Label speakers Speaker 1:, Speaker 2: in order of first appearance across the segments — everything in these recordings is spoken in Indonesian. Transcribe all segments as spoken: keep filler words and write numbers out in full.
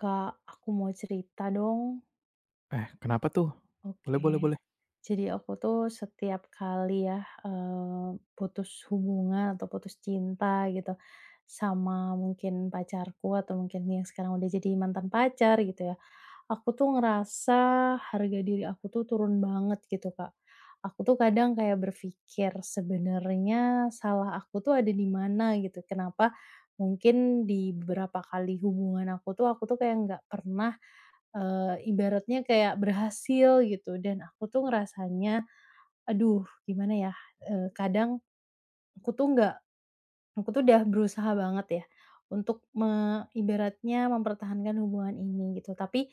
Speaker 1: Kak, aku mau cerita dong.
Speaker 2: Eh, kenapa tuh? Boleh boleh
Speaker 1: Oke.
Speaker 2: boleh.
Speaker 1: Jadi aku tuh setiap kali ya, eee, putus hubungan atau putus cinta gitu, sama mungkin pacarku atau mungkin yang sekarang udah jadi mantan pacar gitu ya. Aku tuh ngerasa harga diri aku tuh turun banget gitu, Kak. Aku tuh kadang kayak berpikir sebenarnya salah aku tuh ada di mana gitu. Kenapa mungkin di beberapa kali hubungan aku tuh, aku tuh kayak nggak pernah, eee, ibaratnya kayak berhasil gitu dan aku tuh ngerasanya, aduh gimana ya, eee, kadang aku tuh nggak Aku tuh udah berusaha banget ya, untuk me ibaratnya mempertahankan hubungan ini gitu, tapi,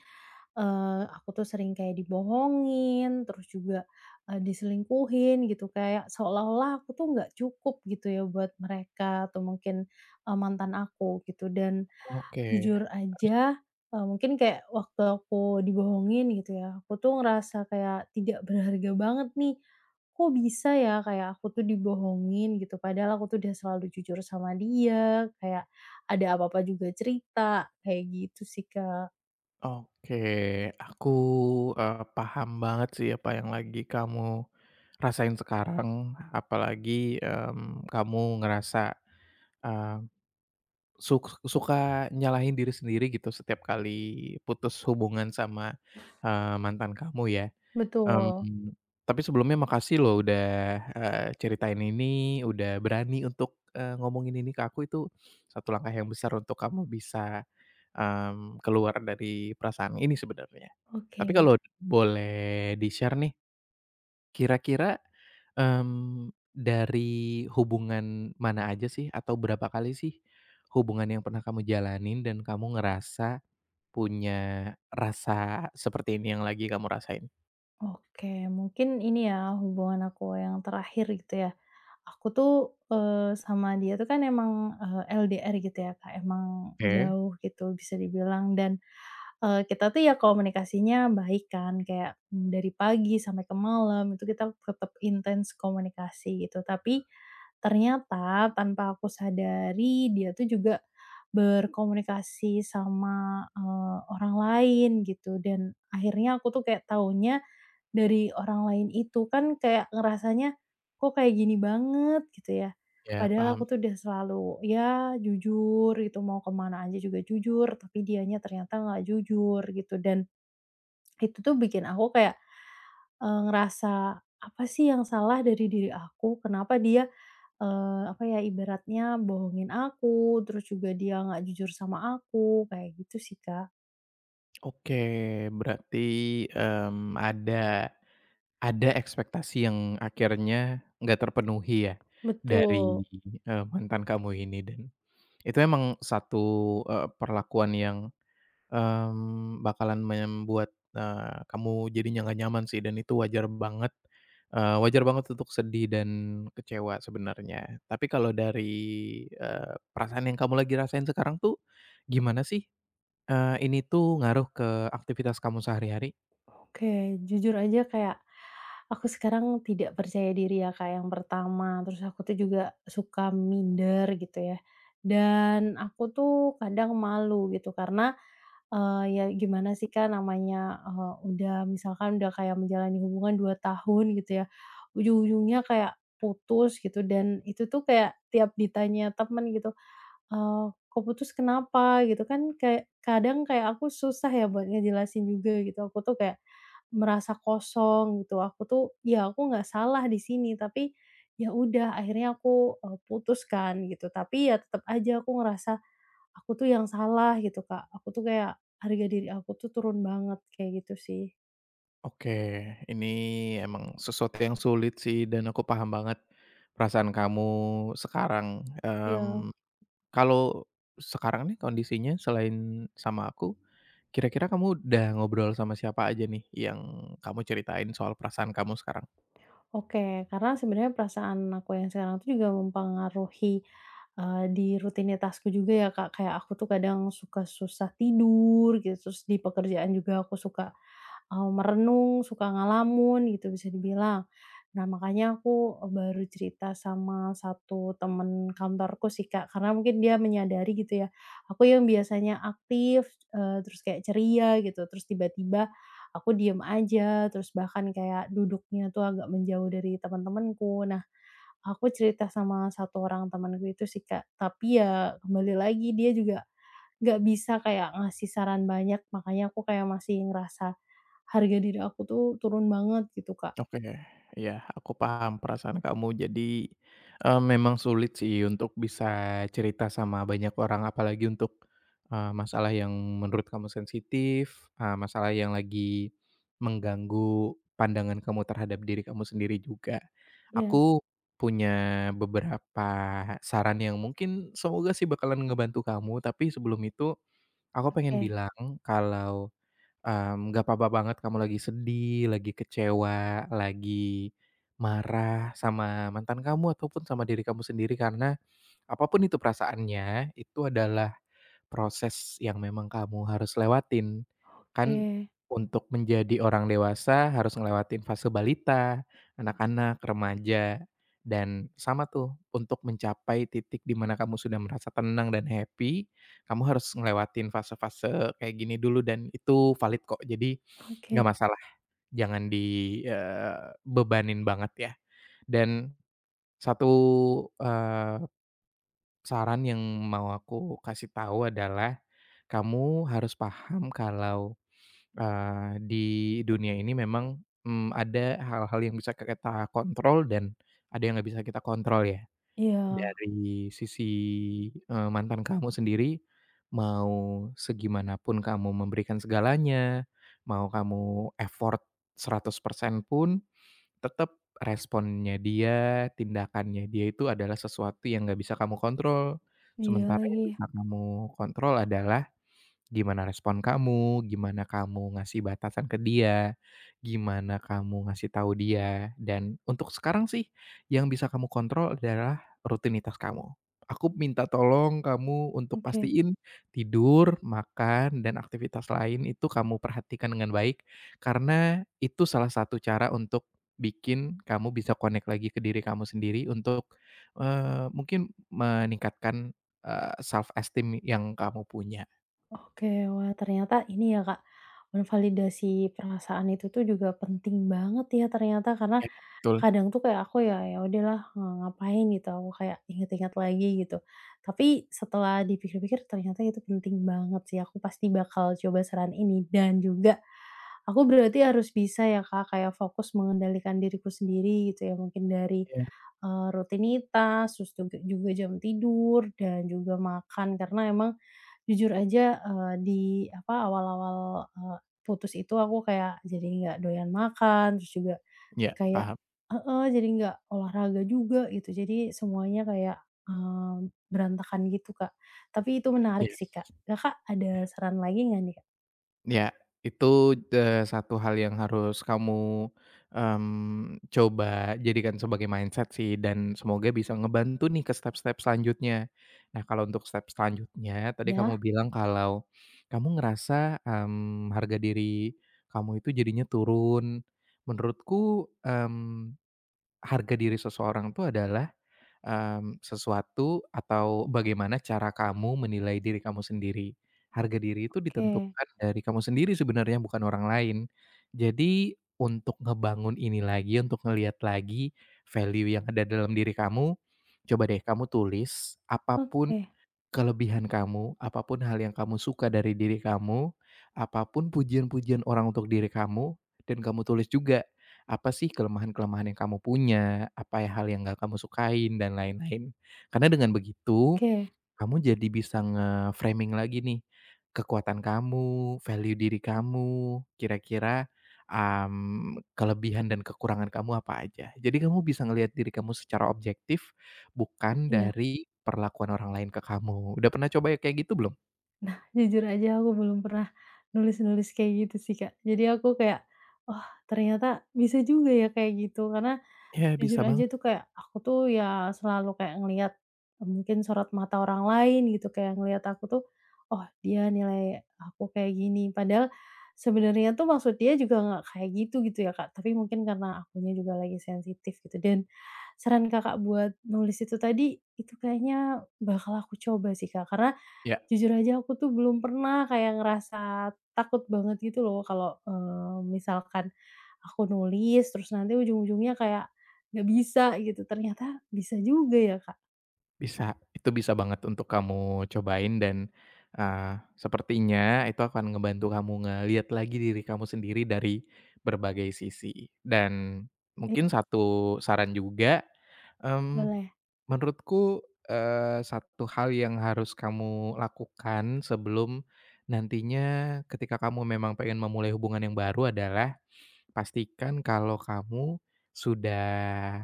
Speaker 1: eee, aku tuh sering kayak dibohongin, terus juga, eee, diselingkuhin gitu, kayak seolah-olah aku tuh nggak cukup gitu ya buat mereka atau mungkin, eee, mantan aku gitu dan
Speaker 2: Oke,
Speaker 1: jujur aja, eee, mungkin kayak waktu aku dibohongin gitu ya, aku tuh ngerasa kayak tidak berharga banget nih. Kok bisa ya kayak aku tuh dibohongin gitu, padahal aku tuh udah selalu jujur sama dia, kayak ada apa-apa juga cerita, kayak gitu sih, Kak.
Speaker 2: oke. Aku, eee, paham banget sih apa yang lagi kamu rasain sekarang, apalagi, mmm, kamu ngerasa, eee, suk suka nyalahin diri sendiri gitu setiap kali putus hubungan sama, eee, mantan kamu ya.
Speaker 1: Betul.
Speaker 2: Mmm, tapi sebelumnya makasih loh udah, eee, ceritain ini, udah berani untuk, eee, ngomongin ini ke aku, itu satu langkah yang besar untuk kamu bisa, mmm, keluar dari perasaan ini sebenarnya. Tapi
Speaker 1: Oke
Speaker 2: kalau boleh di-share nih, kira-kira, mmm, dari hubungan mana aja sih atau berapa kali sih hubungan yang pernah kamu jalanin dan kamu ngerasa punya rasa seperti ini yang lagi kamu rasain?
Speaker 1: oke, mungkin ini ya hubungan aku yang terakhir gitu ya. Aku tuh, eee, sama dia tuh kan emang, eee, L D R gitu ya, Kak, emang
Speaker 2: Oke,
Speaker 1: jauh gitu bisa dibilang dan eee, kita tuh ya komunikasinya baik kan, kayak, mmm, dari pagi sampai ke malam itu kita tetap intens komunikasi gitu. Tapi ternyata tanpa aku sadari dia tuh juga berkomunikasi sama, eee, orang lain gitu dan akhirnya aku tuh kayak taunya dari orang lain itu, kan kayak ngerasanya, "Kok kayak gini banget?" gitu ya.
Speaker 2: ya
Speaker 1: Padahal aku
Speaker 2: paham.
Speaker 1: tuh udah selalu ya jujur gitu, mau kemana aja juga jujur, tapi dianya ternyata nggak jujur gitu, dan itu tuh bikin aku kayak, eee, ngerasa, "Apa sih yang salah dari diri aku? Kenapa dia, eee, apa ya, ibaratnya bohongin aku, terus juga dia nggak jujur sama aku," kayak gitu sih, Kak.
Speaker 2: Oke, berarti, mmm, ada ada ekspektasi yang akhirnya nggak terpenuhi ya dari,
Speaker 1: Betul.
Speaker 2: eee, mantan kamu ini, dan itu emang satu, eee, perlakuan yang, mmm, bakalan membuat, eee, kamu jadinya nggak nyaman sih, dan itu wajar banget, eee, wajar banget untuk sedih dan kecewa sebenarnya. Tapi kalau dari, eee, perasaan yang kamu lagi rasain sekarang tuh gimana sih? Eee, ini tuh ngaruh ke aktivitas kamu sehari-hari?
Speaker 1: Oke, jujur aja kayak, aku sekarang tidak percaya diri ya, Kak, yang pertama, terus aku tuh juga suka minder gitu ya, dan aku tuh kadang malu gitu karena, eee, ya gimana sih, Kak, namanya, eee, udah misalkan udah kayak menjalani hubungan dua tahun gitu ya, ujung-ujungnya kayak putus gitu dan itu tuh kayak tiap ditanya temen gitu. Eee, "Kok putus kenapa gitu kan kayak kadang kayak aku susah ya buat ngejelasin juga gitu, aku tuh kayak merasa kosong gitu, aku tuh ya aku nggak salah di sini tapi ya udah akhirnya aku, eee, putus kan gitu, tapi ya tetep aja aku ngerasa aku tuh yang salah gitu, Kak. Aku tuh kayak harga diri aku tuh turun banget kayak gitu sih.
Speaker 2: Oke, ini emang sesuatu yang sulit sih dan aku paham banget perasaan kamu sekarang. Mmm,
Speaker 1: Iya.
Speaker 2: kalau sekarang nih kondisinya selain sama aku, kira-kira kamu udah ngobrol sama siapa aja nih yang kamu ceritain soal perasaan kamu sekarang?
Speaker 1: Oke, karena sebenarnya perasaan aku yang sekarang tuh juga mempengaruhi, eee, di rutinitasku juga ya, Kak. Kayak aku tuh kadang suka susah tidur gitu, terus di pekerjaan juga aku suka, eee, merenung, suka ngalamun gitu bisa dibilang. Nah, makanya aku, baru cerita sama satu temen kantorku sih, Kak, karena mungkin dia menyadari gitu ya, aku yang biasanya aktif, eee, terus kayak ceria gitu, terus tiba-tiba aku diem aja, terus bahkan kayak duduknya tuh agak menjauh dari teman-temanku. Nah, aku cerita sama satu orang temanku itu sih, Kak, tapi ya kembali lagi dia juga nggak bisa kayak ngasih saran banyak, makanya aku kayak masih ngerasa harga diri aku tuh turun banget gitu, Kak.
Speaker 2: Oke, iya aku paham perasaan kamu. Jadi, eee, memang sulit sih untuk bisa cerita sama banyak orang, apalagi untuk, eee, masalah yang menurut kamu sensitif, eee, masalah yang lagi mengganggu pandangan kamu terhadap diri kamu sendiri juga.
Speaker 1: Ya.
Speaker 2: Aku punya beberapa saran yang mungkin semoga sih bakalan ngebantu kamu, tapi sebelum itu aku pengen
Speaker 1: Oke,
Speaker 2: bilang kalau Mmm, nggak apa-apa banget kamu lagi sedih, lagi kecewa, lagi marah sama mantan kamu ataupun sama diri kamu sendiri, karena apapun itu perasaannya, itu adalah proses yang memang kamu harus lewatin.
Speaker 1: oke,
Speaker 2: Kan untuk menjadi orang dewasa harus ngelewatin fase balita, anak-anak, remaja, dan sama tuh untuk mencapai titik di mana kamu sudah merasa tenang dan happy, kamu harus ngelewatin fase-fase kayak gini dulu, dan itu valid kok. Jadi nggak
Speaker 1: oke.
Speaker 2: masalah, jangan di, eh, bebanin banget ya. Dan satu, eee saran yang mau aku kasih tahu adalah, kamu harus paham kalau, eee, di dunia ini memang, mmm, ada hal-hal yang bisa kita kontrol dan ada yang nggak bisa kita kontrol ya.
Speaker 1: Iya,
Speaker 2: Dari sisi, eee, mantan kamu sendiri, mau segimanapun kamu memberikan segalanya, mau kamu effort seratus persen pun, tetap responnya dia, tindakannya dia itu adalah sesuatu yang nggak bisa kamu kontrol.
Speaker 1: iya
Speaker 2: Sementara yang
Speaker 1: lagi,
Speaker 2: bisa kamu kontrol adalah gimana respon kamu, gimana kamu ngasih batasan ke dia, gimana kamu ngasih tahu dia, dan untuk sekarang sih yang bisa kamu kontrol adalah rutinitas kamu. Aku minta tolong kamu untuk
Speaker 1: oke.
Speaker 2: pastiin tidur, makan, dan aktivitas lain itu kamu perhatikan dengan baik, karena itu salah satu cara untuk bikin kamu bisa connect lagi ke diri kamu sendiri untuk, eee, mungkin meningkatkan self esteem yang kamu punya.
Speaker 1: Oke, wah ternyata ini ya Kak, menvalidasi perasaan itu tuh juga penting banget ya ternyata karena
Speaker 2: Ya betul.
Speaker 1: kadang tuh kayak aku ya, ya udahlah eee, ngapain gitu, aku kayak inget-inget lagi gitu. Tapi setelah dipikir-pikir ternyata itu penting banget sih, aku pasti bakal coba saran ini dan juga aku berarti harus bisa ya Kak, kayak fokus mengendalikan diriku sendiri gitu ya mungkin dari
Speaker 2: Iya
Speaker 1: Eee, rutinitas, terus juga juga jam tidur dan juga makan karena emang jujur aja, eee, di apa, awal-awal, eee, putus itu aku kayak jadi nggak doyan makan, terus juga
Speaker 2: iya,
Speaker 1: kayak
Speaker 2: paham.
Speaker 1: heeh, jadi nggak olahraga juga gitu. Jadi semuanya kayak, eee, berantakan gitu, Kak. Tapi itu menarik sih,
Speaker 2: Yes.
Speaker 1: Kak. Kakak ada saran lagi nggak nih, Kak?
Speaker 2: Ya itu, eee, satu hal yang harus kamu, mmm, coba jadikan sebagai mindset sih, dan semoga bisa ngebantu nih ke step-step selanjutnya. Nah, kalau untuk step selanjutnya, tadi kamu
Speaker 1: Ya.
Speaker 2: bilang kalau kamu ngerasa, mmm, harga diri kamu itu jadinya turun. Menurutku, mmm, harga diri seseorang tuh adalah mmm, sesuatu atau bagaimana cara kamu menilai diri kamu sendiri. Harga diri itu
Speaker 1: Oke,
Speaker 2: ditentukan dari kamu sendiri sebenarnya, bukan orang lain. Jadi untuk ngebangun ini lagi, untuk ngelihat lagi value yang ada dalam diri kamu, coba deh kamu tulis apapun
Speaker 1: oke,
Speaker 2: kelebihan kamu, apapun hal yang kamu suka dari diri kamu, apapun pujian-pujian orang untuk diri kamu, dan kamu tulis juga, apa sih kelemahan-kelemahan yang kamu punya, apa ya hal yang nggak kamu sukain, dan lain-lain. Karena dengan begitu
Speaker 1: oke.
Speaker 2: kamu jadi bisa nge-framing lagi nih, kekuatan kamu, value diri kamu, kira-kira, mmm, kelebihan dan kekurangan kamu apa aja. Jadi kamu bisa ngelihat diri kamu secara objektif, bukan
Speaker 1: Iya.
Speaker 2: dari perlakuan orang lain ke kamu. Udah pernah coba ya kayak gitu belum?
Speaker 1: Nah, jujur aja aku belum pernah nulis-nulis kayak gitu sih, Kak. Jadi aku kayak, "Oh, ternyata bisa juga ya kayak gitu." Karena
Speaker 2: Ya
Speaker 1: jujur
Speaker 2: bisa
Speaker 1: aja
Speaker 2: banget.
Speaker 1: tuh kayak aku tuh ya selalu kayak ngelihat, eee, mungkin sorot mata orang lain gitu, kayak ngelihat aku tuh, "Oh, dia nilai aku kayak gini." Padahal sebenarnya tuh maksud dia juga nggak kayak gitu, gitu ya, Kak. Tapi mungkin karena akunya juga lagi sensitif gitu. Dan saran Kakak buat nulis itu tadi, itu kayaknya bakal aku coba sih, Kak. Karena jujur aja aku tuh belum pernah kayak ngerasa takut banget gitu loh kalau, eee, misalkan aku nulis terus nanti ujung-ujungnya kayak nggak bisa gitu, ternyata bisa juga ya, Kak.
Speaker 2: Bisa, itu bisa banget untuk kamu cobain, dan, eee, sepertinya itu akan ngebantu kamu ngelihat lagi diri kamu sendiri dari berbagai sisi. Dan
Speaker 1: Iya
Speaker 2: mungkin satu saran juga, mmm,
Speaker 1: boleh.
Speaker 2: menurutku, eee, satu hal yang harus kamu lakukan sebelum nantinya ketika kamu memang pengen memulai hubungan yang baru adalah pastikan kalau kamu sudah,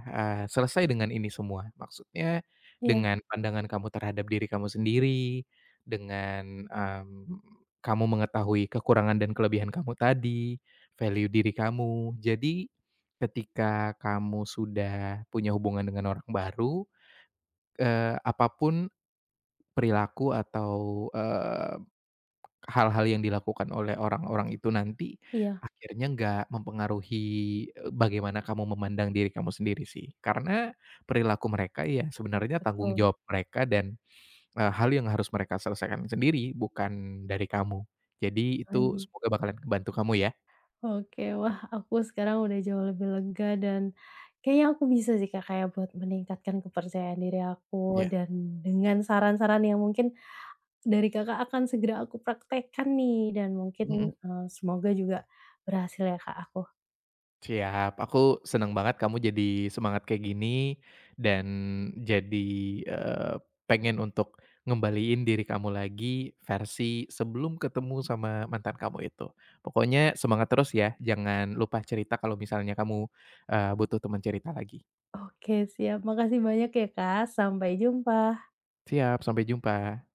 Speaker 2: eee, selesai dengan ini semua. Maksudnya
Speaker 1: Iya,
Speaker 2: dengan pandangan kamu terhadap diri kamu sendiri, dengan, mmm, kamu mengetahui kekurangan dan kelebihan kamu tadi, value diri kamu. Jadi ketika kamu sudah punya hubungan dengan orang baru, eee, apa perilaku atau hal-hal yang dilakukan oleh orang-orang itu nanti,
Speaker 1: iya,
Speaker 2: akhirnya nggak mempengaruhi, eee, bagaimana kamu memandang diri kamu sendiri sih. Karena perilaku mereka ya sebenarnya tanggung
Speaker 1: betul
Speaker 2: jawab mereka dan, eee, hal yang harus mereka selesaikan sendiri bukan dari kamu. Jadi itu
Speaker 1: lagi.
Speaker 2: semoga bakalan kebantu kamu ya.
Speaker 1: Oke, wah aku sekarang udah jauh lebih lega dan kayaknya aku bisa sih, Kak, kayak buat meningkatkan kepercayaan diri aku
Speaker 2: Ya.
Speaker 1: dan dengan saran-saran yang mungkin dari Kakak akan segera aku praktekkan nih dan
Speaker 2: Mhm.
Speaker 1: mungkin, eee, semoga juga berhasil ya, Kak, aku.
Speaker 2: Siap, aku senang banget kamu jadi semangat kayak gini, dan jadi, eee, pengen untuk ngembaliin diri kamu lagi versi sebelum ketemu sama mantan kamu itu. Pokoknya semangat terus ya, jangan lupa cerita kalau misalnya kamu, eee, butuh teman cerita lagi.
Speaker 1: Oke siap, makasih banyak ya, Kak, sampai jumpa.
Speaker 2: Siap, sampai jumpa.